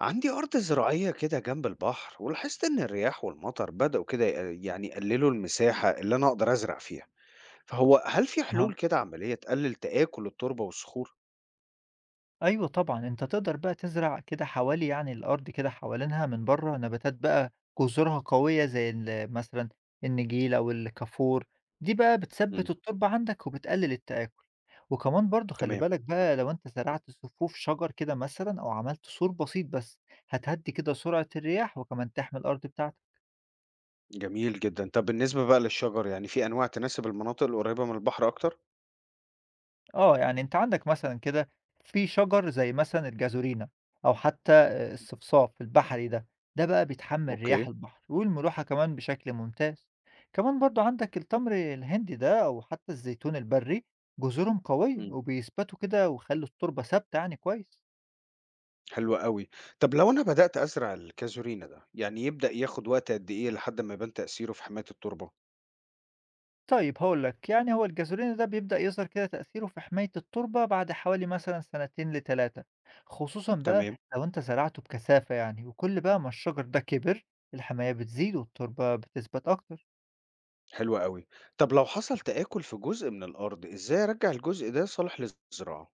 عندي أرض زراعية كده جنب البحر، ولاحظت إن الرياح والمطر بدأوا كده يقللوا المساحة اللي أنا أقدر أزرع فيها. فهو هل في أها، حلول كده عملية تقلل تآكل التربة والصخور؟ أيوه طبعًا، أنت تقدر بقى تزرع كده حوالي يعني الأرض كده حوالينها من برّه نباتات بقى جذورها قوية زي مثلًا النجيل أو الكافور. دي بقى مم. بتثبِّت التربة عندك وبتقلل التآكل، وكمان برضه خلّي تمام. بالك بقى لو أنت زرعت صفوف شجر كده مثلًا أو عملت سور بسيط بس، هتهدّي كده سرعة الرياح وكمان تحمي الأرض بتاعتك. جميل جدا. طب بالنسبة بقى للشجر، يعني في أنواع تناسب المناطق القريبة من البحر أكتر؟ آه، يعني أنت عندك مثلًا كده في شجر زي مثلًا الجازورينا أو حتى الصفصاف البحري ده. ده بقى بيتحمّل رياح أوكي. البحر والملوحة كمان بشكل ممتاز. كمان برضه عندك التمر الهندي ده أو حتى الزيتون البرّي، جذورهم قوية مم. وبيثبتوا كده ويخلّوا التربة ثابتة يعني كويس. حلو قوي. طب لو أنا بدأت أزرع الكازورينا ده، يعني يبدأ ياخد وقت قد إيه لحد ما يبان تأثيره في حماية التربة؟ طيب هاقول لك، يعني هو الجازولينا ده بيبدأ يظهر كده تأثيره في حماية التربة بعد حوالي مثلًا سنتين ل3، خصوصًا بقى تمام. لو أنت زرعته بكثافة يعني، وكل بقى ما الشجر ده كبر، الحماية بتزيد والتربة بتثبت أكتر. حلو أوي. طب لو حصل تآكل في جزء من الأرض، إزاي أرجّع الجزء ده صالح للزراعة؟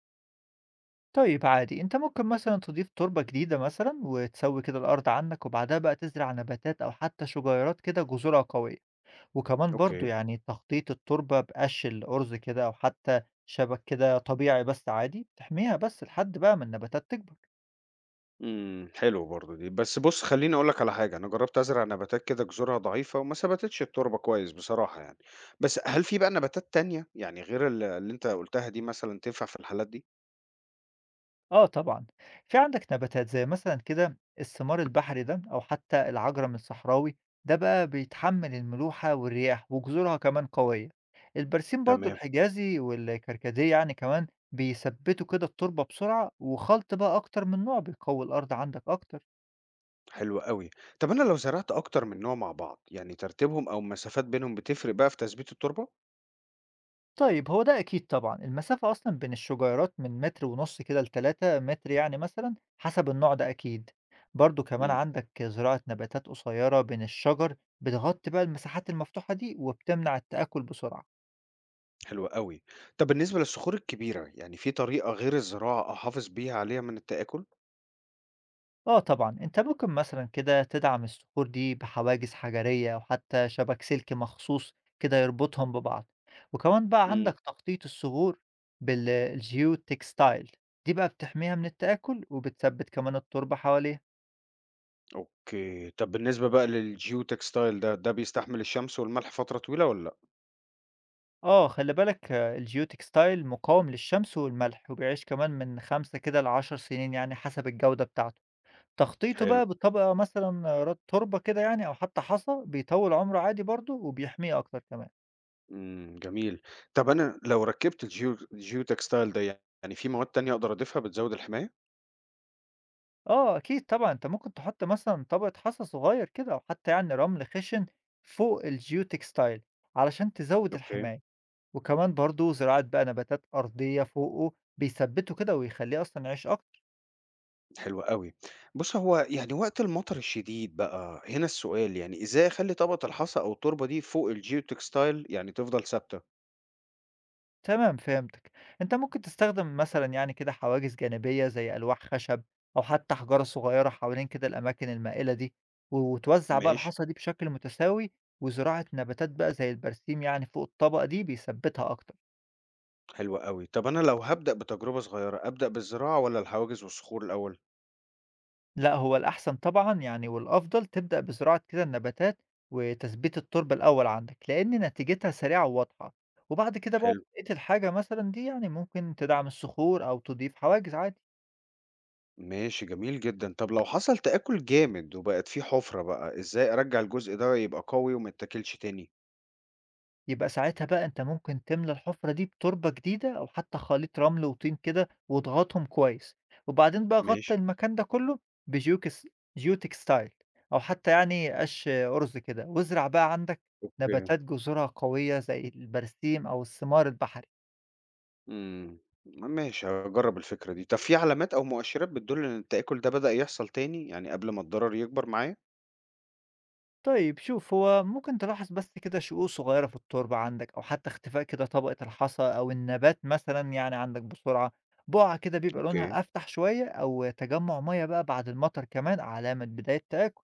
طيب عادي، أنت ممكن مثلًا تضيف تربة جديدة مثلًا وتسوي كده الأرض عنك، وبعدها بقى تزرع نباتات أو حتى شجيرات كده جذورها قوية، وكمان برضه أوكي. يعني تغطية التربة بقش الأرز كده أو حتى شبك كده طبيعي بس عادي، تحميها بس لحد بقى ما النباتات تكبر. إمم، حلوة برضه دي. بس بُص، خلّيني أقول لك على حاجة، أنا جرّبت أزرع نباتات كده جذورها ضعيفة وما ثبتتش التربة كويس بصراحة يعني. بس هل في بقى نباتات تانية، يعني غير اللي أنت قُلتها دي مثلًا تنفع في الحالات دي؟ آه طبعًا، في عندك نباتات زي مثلًا كده الثمار البحري ده أو حتى العجرم الصحراوي. ده بقى بيتحمل الملوحة والرياح وجذورها كمان قوية. البرسيم برضه تمام، الحجازي والكركديه يعني كمان بيثبتوا كده التربة بسرعة، وخلط بقى أكتر من نوع بيقوي الأرض عندك أكتر. حلو أوي. طب أنا لو زرعت أكتر من نوع مع بعض، يعني ترتيبهم أو المسافات بينهم بتفرق بقى في تثبيت التربة؟ طيب هو ده أكيد طبعًا، المسافة أصلًا بين الشجيرات من متر ونُص كده ل3 متر يعني مثلًا، حسب النوع ده أكيد. برضه كمان إمم. عندك زراعة نباتات قصيرة بين الشجر، بتغطي بقى المساحات المفتوحة دي وبتمنع التآكل بسرعة. حلو أوي. طب بالنسبة للصخور الكبيرة، يعني في طريقة غير الزراعة أحافظ بيها عليها من التآكل؟ آه طبعًا، أنت ممكن مثلًا كده تدعم الصخور دي بحواجز حجرية أو حتى شبك سلك مخصوص كده يربطهم ببعض. وكمان بقى امم. عندك تخطيط الصخور بال الgeotextile، دي بقى بتحميها من التآكل وبتثبت كمان التربة حواليها. أوكي. طب بالنسبة بقى للgeotextile ده، ده بيستحمل الشمس والملح فترة طويلة والّا لأ؟ آه، خلّي بالك، الgeotextile مقاوم للشمس والملح، وبيعيش كمان من 5 كده ل10 سنين يعني حسب الجودة بتاعته. تخطيطه حلو. بقى بطبقة مثلًا رط تربة كده يعني أو حتى حصى بيطوّل عمره عادي برضه وبيحميه أكتر كمان. إمم، جميل. طب أنا لو ركّبت geotextile ده، يعني في مواد تانية أقدر أضيفها بتزود الحماية؟ آه، أكيد طبعًا، أنت ممكن تحط مثلًا طبقة حصى صغير كده أو حتى يعني رمل خشن فوق الgeotextile علشان تزوّد أوكي، الحماية، وكمان برضه زراعة بقى نباتات أرضية فوقه بيثبّته كده ويخلّيه أصلًا يعيش أكتر. حلو أوي. بُص، هو يعني وقت المطر الشديد بقى، هنا السؤال، يعني إزاي أخلّي طبقة الحصى أو التربة دي فوق الgeotextile يعني تفضل ثابتة؟ تمام، فهمتك. أنت ممكن تستخدم مثلًا يعني كده حواجز جانبية زي ألواح خشب أو حتى حجارة صغيرة حوالين كده الأماكن المائلة دي، و وتوزع بقى ماشي. الحصى دي بشكل متساوي، وزراعة نباتات بقى زي البرسيم يعني فوق الطبقة دي بيثبتها أكتر. حلو أوي. طب أنا لو هابدأ بتجربة صغيرة، أبدأ بالزراعة والّا الحواجز والصخور الأول؟ لأ، هو الأحسن طبعًا يعني والأفضل تبدأ بزراعة كده النباتات وتثبيت التربة الأول عندك، لأن نتيجتها سريعة وواضحة. وبعد كده بقى لو حلو، لقيت الحاجة مثلًا دي يعني ممكن تدعم الصخور أو تضيف حواجز عادي. ماشي، جميل جدًا. طب لو حصل تآكل جامد وبقت في حفرة بقى، إزاي أرجّع الجزء ده يبقى قوي وما يتاكلش تاني؟ يبقى ساعتها بقى أنت ممكن تملى الحفرة دي بتربة جديدة أو حتى خليط رمل وطين كده واضغطهم كويس، وبعدين بقى غطي ماشي، المكان ده كله بجيوكس جيوتكستايل أو حتى يعني قش أرز كده، وازرع بقى عندك أوكي. نباتات جذورها قوية زي البرسيم أو الثمار البحري. إمم، ماشي، هاجرّب الفكرة دي. طب في علامات أو مؤشرات بتدل إن التآكل ده بدأ يحصل تاني، يعني قبل ما الضرر يكبر معايا؟ طيب شوف، هو ممكن تلاحظ بس كده شقوق صغيرة في التربة عندك أو حتى اختفاء كده طبقة الحصى أو النبات مثلا يعني عندك بسرعة، بقعة كده بيبقى أوكي. لونها أفتح شوية أو تجمع مية بقى بعد المطر كمان علامة بداية تآكل.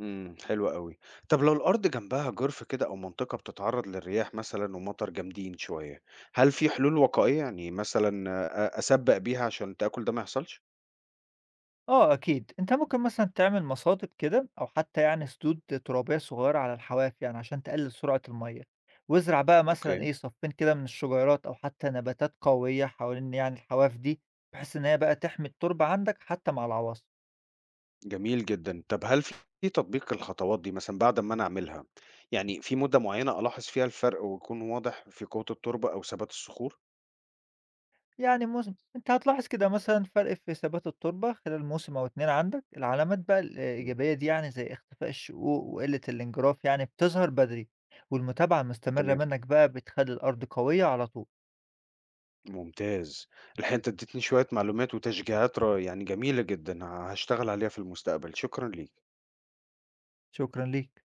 إمم، حلو أوي. طب لو الأرض جنبها جُرف كده أو منطقة بتتعرّض للرياح مثلًا ومطر جامدين شوية، هل في حلول وقائية؟ يعني مثلًا أسبّق بيها عشان التآكل ده ما يحصلش؟ اه اكيد، انت ممكن مثلا تعمل مصادب كده او حتى يعني سدود ترابية صغيرة على الحواف يعني عشان تقلل سرعة المية، وازرع بقى مثلا أوكي، ايه صفين كده من الشجيرات او حتى نباتات قوية حوالين يعني الحواف دي، بحيث ان هي بقى تحمي التربة عندك حتى مع العواصف. جميل جدًا. طب هل في تطبيق الخطوات دي مثلًا بعد أمّا أنا أعملها، يعني في مدة معيّنة ألاحظ فيها الفرق ويكون واضح في قوة التربة أو ثبات الصخور؟ يعني موسم، أنت هتلاحظ كده مثلًا فرق في ثبات التربة خلال موسم أو 2 عندك. العلامات بقى إمم، الإيجابية دي يعني زي اختفاء الشقوق وقلة الانجراف يعني بتظهر بدري، والمتابعة المستمرة تمام، منك بقى بتخلّي الأرض قوية على طول. ممتاز. الحقيقة أنت ادّيتني شوية معلومات وتشجيعات ر يعني جميلة جدًا، هاشتغل عليها في المستقبل. شكرًا ليك. شكرًا ليك.